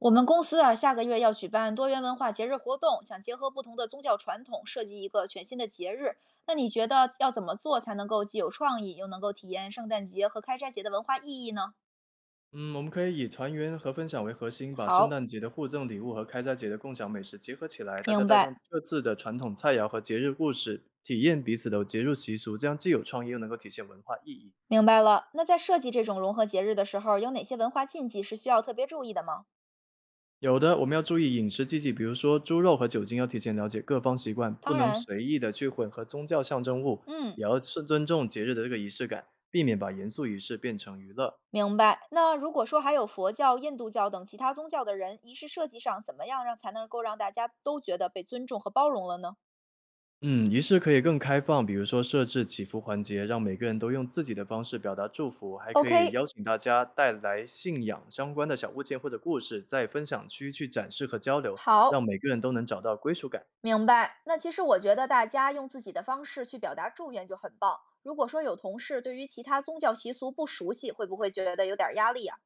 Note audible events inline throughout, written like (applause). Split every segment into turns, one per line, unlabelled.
我们公司啊，下个月要举办多元文化节日活动，想结合不同的宗教传统，设计一个全新的节日。那你觉得要怎么做才能够既有创意，又能够体验圣诞节和开斋节的文化意义呢？
嗯，我们可以以团圆和分享为核心，把圣
好，
诞节的互赠礼物和开斋节的共享美食结合起来。大家
明
带上
白，
各自的传统菜肴和节日故事，体验彼此的节日习俗，这样既有创意又能够体现文化意义。
明白了。那在设计这种融合节日的时候，有哪些文化禁忌是需要特别注意的吗？
有的，我们要注意饮食禁忌，比如说猪肉和酒精要提前了解各方习惯，不
当
能
然，
随意的去混合宗教象征物，也
嗯，
要是尊重节日的这个仪式感，避免把严肃仪式变成娱乐。
明白。那如果说还有佛教、印度教等其他宗教的人，仪式设计上怎么样让才能够让大家都觉得被尊重和包容了呢
嗯，仪式可以更开放，比如说设置祈福环节，让每个人都用自己的方式表达祝福，还可以
？OK，
邀请大家带来信仰相关的小物件或者故事，在分享区去展示和交流，让
好，
每个人都能找到归属感。
明白。那其实我觉得大家用自己的方式去表达祝愿就很棒。如果说有同事对于其他宗教习俗不熟悉，会不会觉得有点儿压力呀？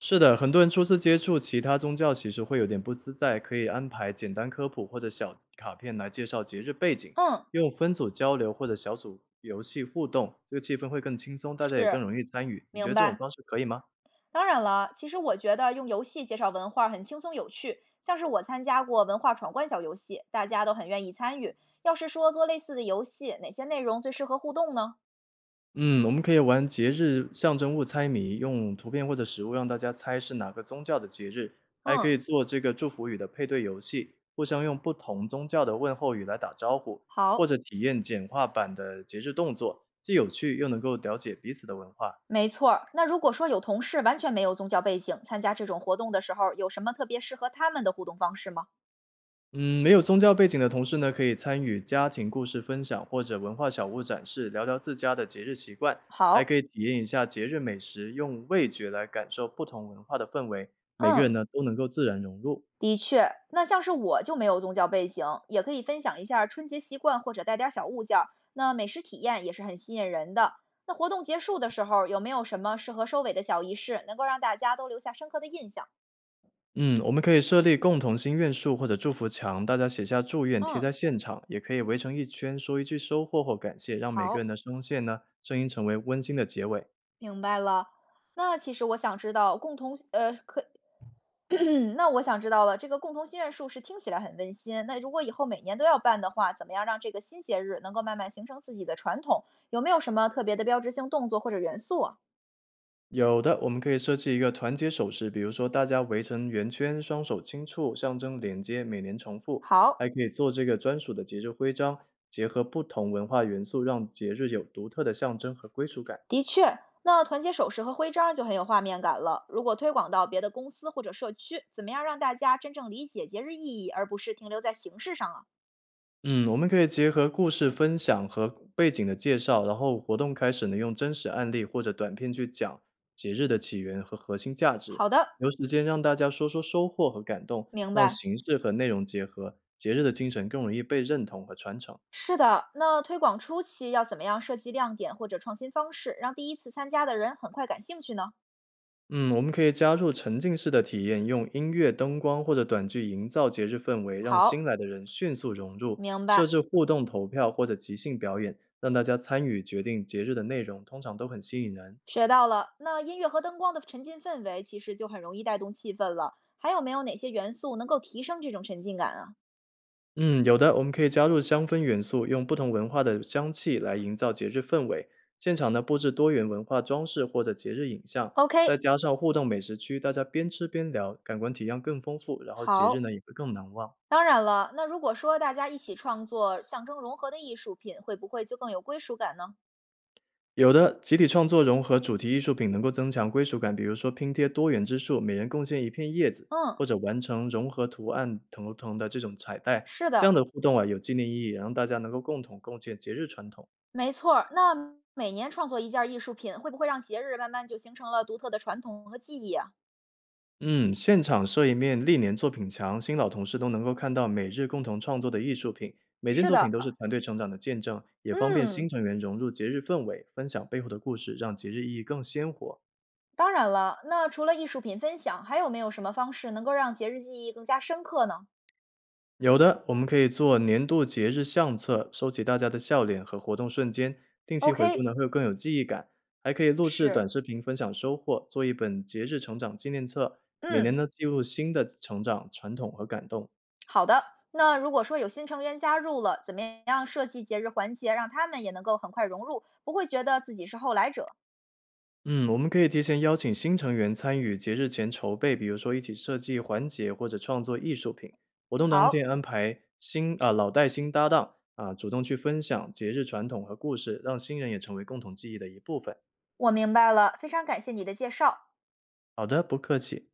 是的，很多人初次接触其他宗教其实会有点不自在，可以安排简单科普或者小卡片来介绍节日背景，
嗯，
用分组交流或者小组游戏互动，这个气氛会更轻松，大家也更
是，
容易参与。你觉
明
得这种
白。
方式可以吗？
当然了，其实我觉得用游戏介绍文化很轻松有趣，像是我参加过文化闯关小游戏，大家都很愿意参与。要是说做类似的游戏，哪些内容最适合互动呢？
嗯，我们可以玩节日象征物猜谜，用图片或者实物让大家猜是哪个宗教的节日，还可以
嗯，
做这个祝福语的配对游戏，互相用不同宗教的问候语来打招呼，或
好，
者体验简化版的节日动作，既有趣又能够了解彼此的文化。
没错儿。那如果说有同事完全没有宗教背景，参加这种活动的时候，有什么特别适合他们的互动方式吗？
嗯，没有宗教背景的同事呢，可以参与家庭故事分享或者文化小物展示，聊聊自家的节日习惯，还可
好，
以体验一下节日美食，用味觉来感受不同文化的氛围，每个人
嗯，
呢都能够自然融入。
的确，那像是我就没有宗教背景，也可以分享一下春节习惯或者带点儿小物件儿。那美食体验也是很吸引人的。那活动结束的时候，有没有什么适合收尾的小仪式，能够让大家都留下深刻的印象？
嗯，我们可以设立共同心愿树或者祝福墙，大家写下祝愿贴在
嗯，
现场，也可以围成一圈说一句收获或感谢，让每个人
好，
的声线呢声音成为温馨的结尾。
明白了。那其实我想知道，共同可 (clears throat) 那我想知道了，这个共同心愿树是听起来很温馨。那如果以后每年都要办的话，怎么样让这个新节日能够慢慢形成自己的传统？有没有什么特别的标志性动作或者元素啊？
有的，我们可以设计一个团结手势，比如说大家围成圆圈，双手轻触，象征连接，每年重复。还
好，
可以做这个专属的节日徽章，结合不同文化元素，让节日有独特的象征和归属感。
的确，那团结手势和徽章就很有画面感了。如果推广到别的公司或者社区，怎么样让大家真正理解节日意义，而不是停留在形式上啊？
嗯，我们可以结合故事分享和背景的介绍，然后活动开始呢，用真实案例或者短片去讲节日的起源和核心价值，
好的，
留时间让大家说说收获和感动，
明
让
白。
形式和内容结合，节日的精神更容易被认同和传承。
是的，那推广初期要怎么样设计亮点或者创新方式，让第一次参加的人很快感兴趣呢？
嗯，我们可以加入沉浸式的体验，用音乐、灯光或者短剧营造节日氛围，让新
好，
来的人迅速融入。
明
设
白，
置互动投票或者即兴表演，让大家参与决定节日的内容，通常都很吸引人。
学到了。那音乐和灯光的沉浸氛围，其实就很容易带动气氛了。还有没有哪些元素能够提升这种沉浸感啊
嗯，有的，我们可以加入香氛元素，用不同文化的香气来营造节日氛围。现场呢，布置多元文化装饰或者节日影像，再
？OK，
加上互动美食区，大家边吃边聊，感官体验更丰富，然后节日呢
好。
也会更难忘。
当然了，那如果说大家一起创作象征融合的艺术品，会不会就更有归属感呢？
有的集体创作融合主题艺术品，能够增强归属感，比如说拼贴多元之树，每人贡献一片叶子，
嗯，
或者完成融合图案头腾的这种彩带。
是
这样
的，
的互动啊，有纪念意义，也让大家能够共同共建节日传统。
没错儿。那每年创作一件艺术品，会不会让节日慢慢就形成了独特的传统和记忆啊？
嗯，现场设一面历年作品墙，新老同事都能够看到每日共同创作的艺术品，每件
是
作品
的，
都是团队成长的见证，也方便
嗯，
新成员融入节日氛围，分享背后的故事，让节日意义更鲜活。
当然了。那除了艺术品分享，还有没有什么方式能够让节日记忆更加深刻呢？
有的，我们可以做年度节日相册，收集大家的笑脸和活动瞬间，定期回顾
OK，
呢会更有记忆感。还可以录制短
是，
视频分享收获，做一本节日成长纪念册，每年
嗯，
呢记录新的成长、传统和感动。
好的。那如果说有新成员加入了，怎么样设计节日环节，让他们也能够很快融入，不会觉得自己是后来者？
嗯，我们可以提前邀请新成员参与节日前筹备，比如说一起设计环节或者创作艺术品。活动当天
好，
安排新啊、老带新搭档啊，主动去分享节日传统和故事，让新人也成为共同记忆的一部分。
我明白了，非常感谢你的介绍。
好的，不客气。